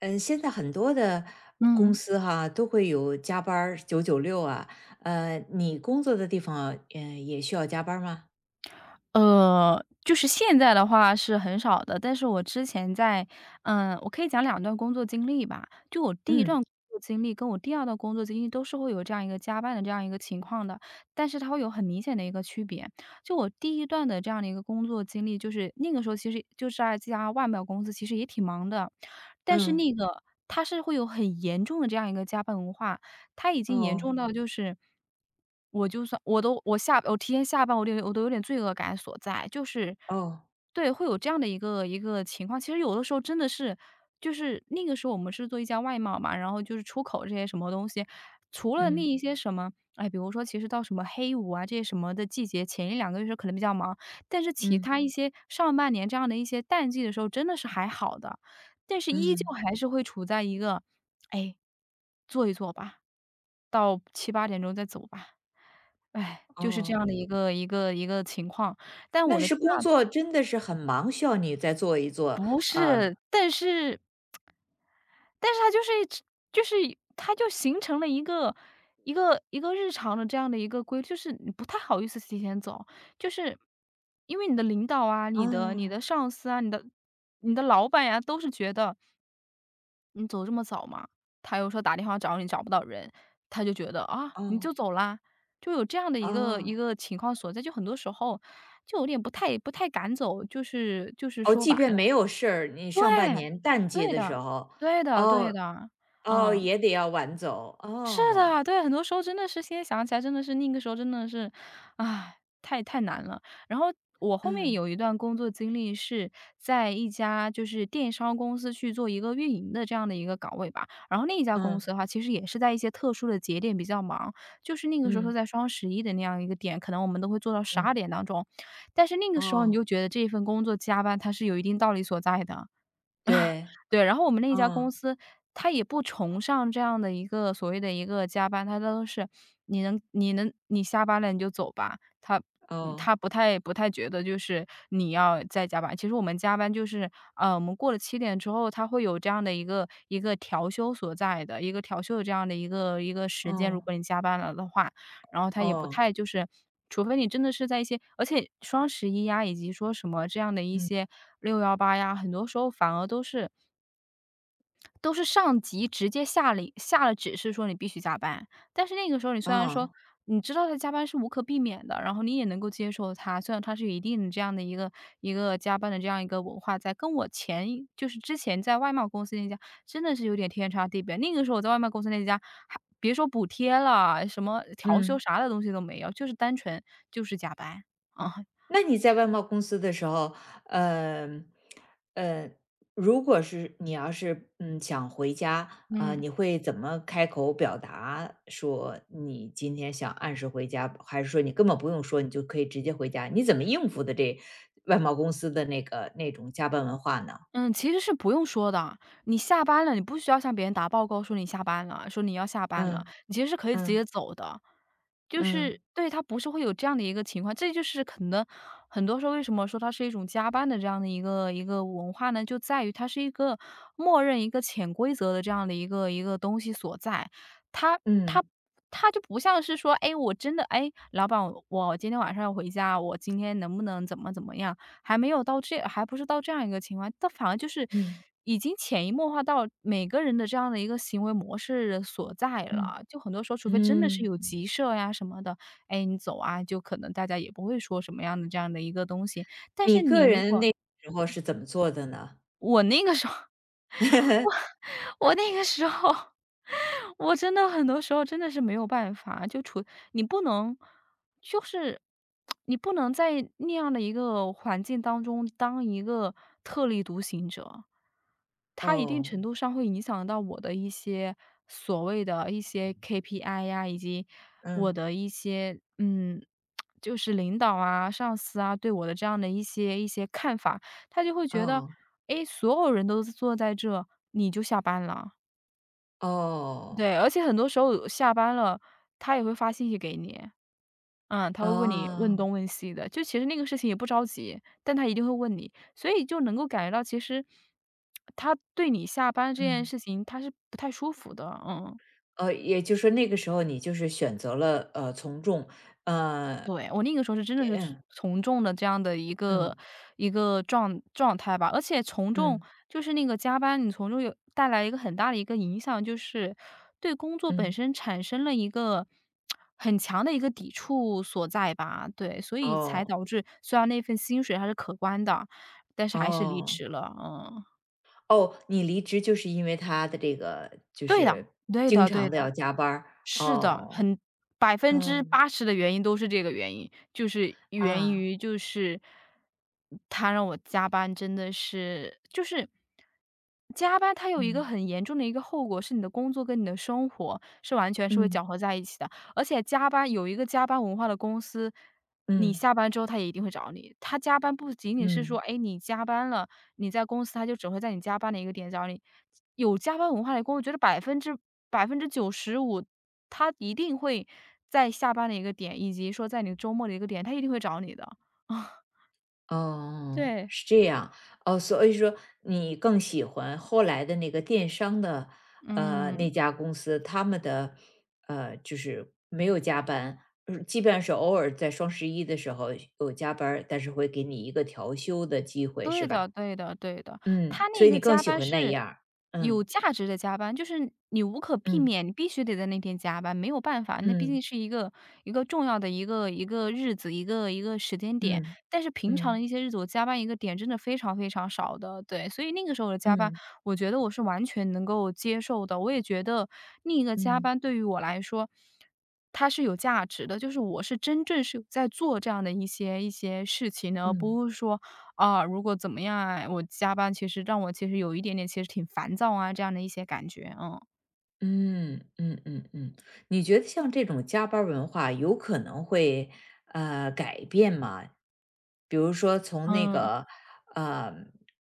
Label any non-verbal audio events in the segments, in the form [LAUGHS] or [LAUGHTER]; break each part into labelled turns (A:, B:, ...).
A: 嗯，现在很多的公
B: 嗯，
A: 司哈都会有加班儿996啊，你工作的地方啊，也需要加班儿吗？
B: 就是现在的话是很少的，但是我之前我可以讲两段工作经历吧。就我第一段
A: 嗯
B: 工作经历跟我第二段工作经历都是会有这样一个加班的这样一个情况的，但是它会有很明显的一个区别。就我第一段的这样的一个工作经历，就是那个时候其实就是在这家外贸公司，其实也挺忙的，但是
A: 嗯，
B: 那个它是会有很严重的这样一个加班文化。他已经严
A: 哦
B: 重到就是，我提前下班，我都有点罪恶感所在，就是
A: 哦，
B: 对，会有这样的一个情况。其实有的时候真的是就是那个时候我们是做一家外贸嘛，然后就是出口这些什么东西，除了那
A: 嗯
B: 一些什么比如说其实到什么黑五啊，这些什么的季节，前一两个月是可能比较忙，但是其
A: 嗯
B: 他些上半年这样的一些淡季的时候真的是还好的，但是依旧
A: 嗯，
B: 还是会处在一个，哎，做一做吧。到7、8点钟再走吧。哎，就是这样
A: 哦，
B: 的一个情况。但
A: 那
B: 我的第
A: 是工
B: 二
A: 作真的是很忙，需要你再做一做，
B: 不
A: 啊。
B: 是，但是他就是一直就是他就形成了一个日常的这样的一个规律，就是你不太好意思提前走，就是因为你的领导啊、你的
A: 哦
B: 上司啊、你的你的老板呀，都是觉得你走这么早嘛，他又说打电话找你找不到人，他就觉得啊，你就
A: 哦
B: 走啦，就有这样的一
A: 哦
B: 个情况所在，就很多时候就有点不太敢走，就是
A: 哦，
B: 说
A: 即
B: 白
A: 便
B: 了。
A: 没有事儿，你上半
B: 对，
A: 年淡季
B: 对
A: 的时
B: 的，
A: 候，
B: 对的，对
A: 哦
B: 的，
A: 哦，
B: 嗯，
A: 也得要晚走，
B: 是
A: 哦，
B: 的，对，很多时候真的是现在想起来真的是那个时候真的是，唉，太太难了。然后我后面
A: 嗯
B: 有一段工作经历是在一家就是电商公司去做一个运营的这样的一个岗位吧，然后那一家公
A: 嗯
B: 司的话，其实也是在一些特殊的节点比较忙，就是那个时候
A: 嗯
B: 在双十一的那样一个点，可能我们都会做到十二
A: 嗯，
B: 点当中，但是那个时候你
A: 哦。
B: 就觉得这一份工作加班它是有一定道理所在的。
A: 对，
B: 对，然后我们那家公
A: 嗯，
B: 司，他也不崇尚这样的一个所谓的一个加班，他都是你能你下班了你就走吧，他
A: 哦，
B: 不太觉得就是你要再加班。其实我们加班就是，我们过了7点之后，他会有这样的一个调休所在的，一个调休的这样的一个时间，如
A: 哦，
B: 果你加班了的话，然后他也不
A: 哦，
B: 太就是除非你真的是在一些，而且双十一呀，以及说什么这样的一
A: 嗯，
B: 些618呀，很多时候反而都是上级直接下令下了指示说你必须加班。但是那个时候你虽然说
A: 哦，
B: 你知道他加班是无可避免的，然后你也能够接受他，虽然他是有一定的这样的一个加班的这样一个文化在，跟我就是之前在外贸公司那家真的是有点天差地别。那个时候我在外贸公司那家，还别说补贴了，什么调休
A: 嗯。
B: 啥的东西都没有，就是单纯就是加班，啊，
A: 那你在外贸公司的时候，呃，呃，如果是你要是，想回家，
B: 嗯。
A: 你会怎么开口表达说你今天想按时回家，还是说你根本不用说，你就可以直接回家？你怎么应付的这外贸公司的那个那种加班文化呢？
B: 嗯，其实是不用说的。你下班了，你不需要向别人打报告说你下班了，说你要下班了，
A: 嗯，
B: 你其实是可以直
A: 嗯，
B: 接走的。就是
A: 嗯，
B: 对，他不是会有这样的一个情况，这就是可能很多时候为什么说它是一种加班的这样的一个文化呢？就在于它是一个默认一个潜规则的这样的一个东西所在。它它
A: 嗯，
B: 它就不像是说，哎，我真的老板，我今天晚上要回家，我今天能不能怎么怎么样？还不是到这样一个情况，但反而就是
A: 嗯，
B: 已经潜移默化到每个人的这样的一个行为模式所在
A: 嗯，
B: 了。就很多时候，
A: 嗯
B: 除非真的是
A: 嗯。
B: 有急事儿呀什么的，哎，你走啊，就可能大家也不会说什么样的这样的一个东西。但
A: 你
B: 是你
A: 个
B: 如
A: 人
B: 果
A: 那时候是怎么做的呢？
B: 我那个时候我
A: [LAUGHS]
B: 我那个时候，我真的很多时候真的是没有办法，你不能就是你不能在那样的一个环境当中当一个特立独行者。他一定
A: 哦，
B: 程度上会影响到我的一些所谓的一些 KPI 呀，以及我
A: 嗯，
B: 的一些就是领导啊、上司啊对我的这样的一些看法。他就会觉得，
A: 哦，
B: 诶，所有人都坐在这，你就下班了。
A: 哦，
B: 对，而且很多时候下班了，他也会发信息给你。嗯，他会问你问
A: 哦，
B: 东问西的，就其实那个事情也不着急，但他一定会问你，所以就能够感觉到其实他对你下班这件
A: 嗯，
B: 事情他是不太舒服的，嗯。
A: 哦，也就是说那个时候你就是选择了，从众，呃，
B: 对，我那个时候是真的是
A: 嗯，
B: 从众的这样的
A: 嗯，
B: 一个状态吧，而且从众
A: 嗯，
B: 就是那个加班，你从中有带来一个很大的一个影响，就是对工作本
A: 嗯，
B: 身产生了一个很强的一个抵触所在吧。对，所以才
A: 哦，
B: 导致虽然那份薪水还是可观的，但是还是离
A: 哦，
B: 职了，嗯。
A: 哦，你离职就是因为他的这个就
B: 对的，
A: 是经
B: 对
A: 常的
B: 的
A: 要加班儿，
B: 是的，
A: 哦，
B: 百分之
A: 嗯，
B: 八十的原因都是这个原因，就是源
A: 啊，
B: 于就是他让我加班真的是就是加班它有一个
A: 嗯，
B: 很严重的一个后果，是你的工作跟你的生活是完全是会
A: 嗯，
B: 搅和在一起的。而且加班有一个加班文化的公司，你
A: 嗯，
B: 下班之后他也一定会找你。他加班不仅仅是说，
A: 嗯。
B: 哎，你加班了，你在公司，他就只会在你加班的一个点找你。有加班文化的工，我觉得95%，他一定会在下班的一个点，以及说在你周末的一个点，他一定会找你的。[LAUGHS]
A: 哦，
B: 对，
A: 是这样。哦，所以说你更喜欢后来的那个电商的，
B: 嗯。
A: 那家公司，他们的，就是没有加班，基本上是偶尔在双十一的时候有加班儿但是会给你一个调休的机会，是吧？
B: 对的对的，他
A: 嗯，所
B: 那
A: 以
B: 个
A: 你更
B: 加
A: 喜
B: 班
A: 欢那
B: 是
A: 样儿。
B: 有
A: 嗯
B: 价值的加班，就是你无可避
A: 嗯
B: 免，你必须得在那天加班，没有办法，那毕竟
A: 嗯
B: 是一个重要的一个日子，一个时间点。
A: 嗯
B: 但是平常的
A: 嗯
B: 一些日子，我加班一个点真的非常非常少的，对，所以那个时候的加
A: 嗯
B: 班，
A: 嗯
B: 我觉得我是完全能够接受的，我也觉得另一个加
A: 嗯
B: 班对于我来说，它是有价值的，就是我是真正是有在做这样的一些事情的，而
A: 嗯。
B: 不是说啊，如果怎么样啊，我加班其实让我其实有一点点其实挺烦躁啊，这样的一些感觉，嗯。
A: 嗯嗯嗯嗯，你觉得像这种加班儿文化有可能会改变吗？比如说从那
B: 嗯，
A: 个呃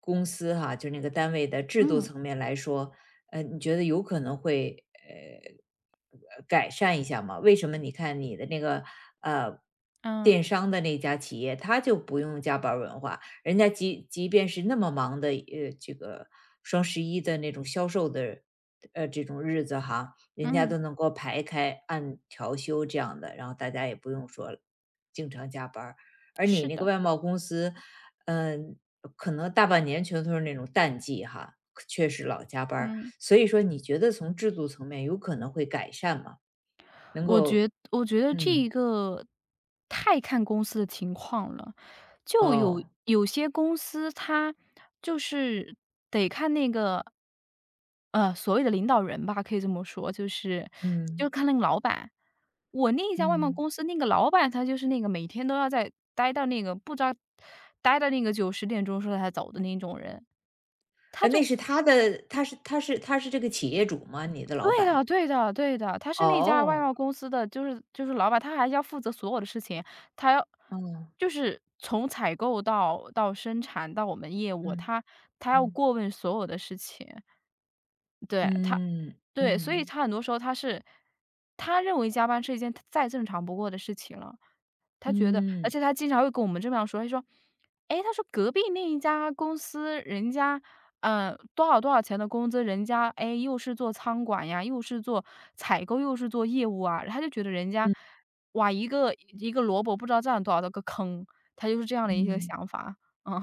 A: 公司哈，就那个单位的制度
B: 嗯，
A: 层面来说，你觉得有可能会改善一下吗？为什么你看你的那个呃
B: 嗯，
A: 电商的那家企业，它就不用加班儿文化，人家即便是那么忙的，这个双十一的那种销售的，这种日子哈，人家
B: 嗯，
A: 都能够排开，按调休这样的，然后大家也不用说经常加班儿。而你
B: 是
A: 那个
B: 的，
A: 外贸公司，嗯、可能大半年全都是那种淡季哈，确实老加班儿。
B: 嗯。
A: 所以说，你觉得从制度层面有可能会改善吗？能够，
B: 我觉得这
A: 嗯，
B: 一个太看公司的情况了。
A: 哦，
B: 有些公司他就是得看那个，呃，所谓的领导人吧，可以这么说，就是就
A: 嗯
B: 看那个老板。我那一家外贸
A: 嗯。
B: 公司那个老板，他就是那个每天都要在待到那个不知道待到那个9、10点钟时候才走的那种人。
A: 那是他的他是他是他是这个企业主吗？你的老
B: 对的
A: 板？
B: 对的对的，他是那家外
A: 哦，
B: 贸公司的，就是老板，他还要负责所有的事情，他要
A: 哦，
B: 就是从采购到生产到我们业务，
A: 嗯，
B: 他要
A: 嗯，
B: 过问所有的事情。对，他
A: 嗯，
B: 对，所以
A: 嗯，
B: 他很多时候他认为加班是一件再正常不过的事情了。他觉得而且他经常会跟我们这么样说，他说："诶，他说隔壁那一家公司，人家，多少多少钱的工资，人家，诶，又是做仓管呀，又是做采购，又是做业务啊。"他就觉得人家，
A: 嗯，
B: 哇，一个一个萝卜不知道占了多少个坑，他就是这样的一
A: 嗯，
B: 个
A: 嗯，
B: 想法，嗯。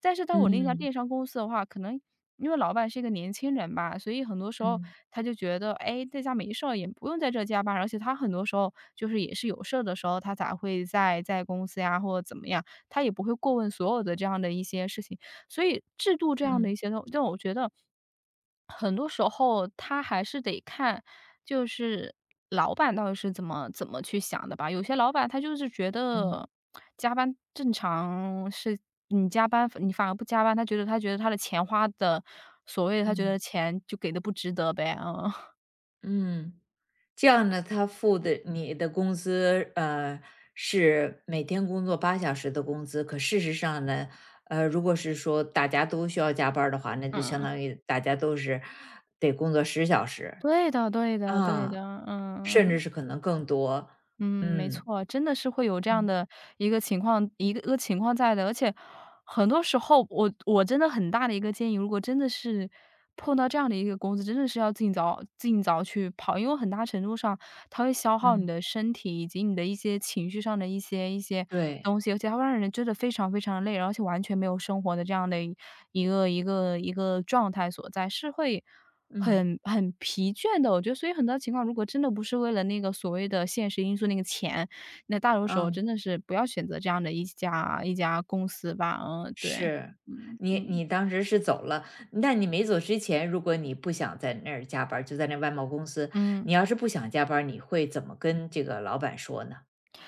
B: 但是到我那家
A: 嗯，
B: 电商公司的话，可能因为老板是一个年轻人吧，所以很多时候
A: 嗯，
B: 他就觉得，哎，在家没事儿，也不用在这加班儿而且他很多时候就是也是有事儿的时候，他才会在公司呀或者怎么样，他也不会过问所有的这样的一些事情。所以制度这样的
A: 嗯，
B: 一些东让我觉得很多时候他还是得看，就是老板到底是怎么去想的吧。有些老板他就是觉
A: 嗯，
B: 得加班正常是你加班，你反而不加班，他觉得他的钱花的，所谓的他觉得
A: 嗯，
B: 钱就给的不值得呗，嗯
A: 嗯，这样呢，他付的你的工资，是每天工作8小时的工资，可事实上呢，如果是说大家都需要加班儿的话，那
B: [LAUGHS]，
A: 就相
B: 嗯。
A: 当于大家都是得工作10小时，
B: 对的对的对的，
A: 啊。甚至
B: 嗯。
A: 是可能更多。
B: 嗯，没
A: 嗯，
B: 错，真的是会有这样
A: 嗯
B: 的一个情况一个情况在的。而且很多时候我真的很大的一个建议，如果真的是碰到这样的一个公司，真的是要尽早去跑，因为很大程度上它会消耗你
A: 嗯，
B: 的身体以及你的一些情绪上的一些
A: 对，
B: 东西，而且它会让人觉得非常非常累，而且完全没有生活的这样的一个状态所在，是会
A: 嗯。
B: 很疲倦的，我觉得，所以很多情况如果真的不是为了那个所谓的现实因素，那个钱，那大多时
A: 啊，
B: 候真的是不要选择这样的一家公司吧，嗯，对，
A: 是。
B: 嗯
A: 你
B: 嗯
A: 你当时是走了，那你没走之前，如果你不想在那儿加班儿就在那外贸公司，
B: 嗯。
A: 你要是不想加班儿你会怎么跟这个老板说呢？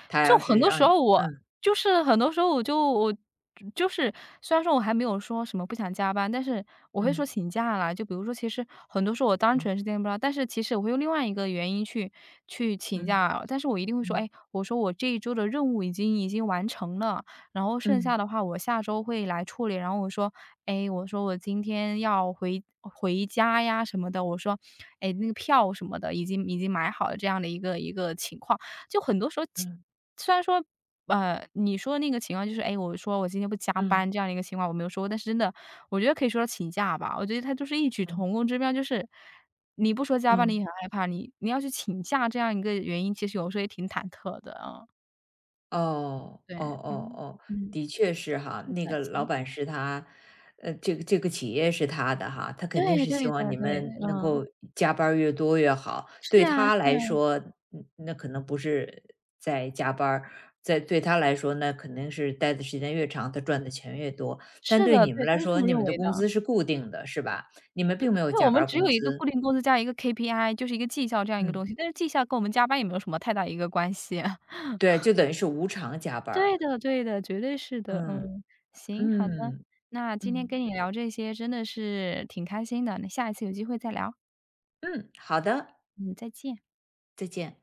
A: 他
B: 就
A: 要是
B: 很多时
A: 让你。
B: 候我
A: 嗯，
B: 就是很多时候我就我就是虽然说我还没有说什么不想加班，但是我会说
A: 嗯
B: 请假啦。就比如说，其实很多时候我单
A: 嗯
B: 纯是见不到，但是其实我会用另外一个原因去请
A: 嗯
B: 假，但是我一定会说，哎，
A: 嗯
B: 我说我这一周的任务已经完成了，然后剩下
A: 嗯
B: 的话我下周会来处理。然后我说，哎，我说我今天要回家呀什么的，我说，哎，那个票什么的已经买好了这样的一个一个情况。就很多时候
A: 嗯嗯
B: 虽然说，你说的那个情况就是，哎，我说我今天不加班
A: 嗯
B: 这样的一个情况我没有说过，但是真的，我觉得可以说到请假吧。我觉得他就是异曲
A: 嗯
B: 同工之妙，就是你不说加班你也
A: 嗯。
B: 很害怕，你要去请假这样一个原因，其实有时候也挺忐忑的啊。
A: 哦，
B: 对，
A: 哦哦
B: 嗯，
A: 哦，
B: 嗯，
A: 的确是哈，
B: 是
A: 那
B: 的，
A: 个老
B: 行。
A: 板是他，这个企业是他的哈，他肯定
B: 对
A: 是希
B: 对
A: 望
B: 的，
A: 你
B: 对，
A: 们能
B: 嗯，
A: 够加班儿越多越好。
B: 是
A: 对
B: 啊，是
A: 他来
B: 啊
A: 说，那可能不是在加班儿在对他来说，那肯定是待的时间越长，他赚的钱越多。但
B: 是
A: 对
B: 的，
A: 你
B: 对，
A: 们
B: 他
A: 来
B: 是这
A: 说，
B: 么
A: 你
B: 认
A: 们的
B: 为的。
A: 工资是固定的，是吧？你们并没有
B: 因为我
A: 加班
B: 们
A: 儿
B: 只
A: 工
B: 有一个
A: 资，
B: 固定工资加一个 KPI，就是一个绩效这样一个
A: 嗯，
B: 东西，但是绩效跟我们加班也没有什么太大一个关系。
A: 对，就等于是无偿加班
B: 对
A: 儿。
B: 的对的，绝对是的，
A: 嗯，
B: 嗯。行，好的，
A: 嗯，
B: 那今天
A: 嗯，
B: 跟你聊这些真的是挺开心的，那下一次有机会再聊，
A: 嗯，好的。
B: 嗯，再见。
A: 再见。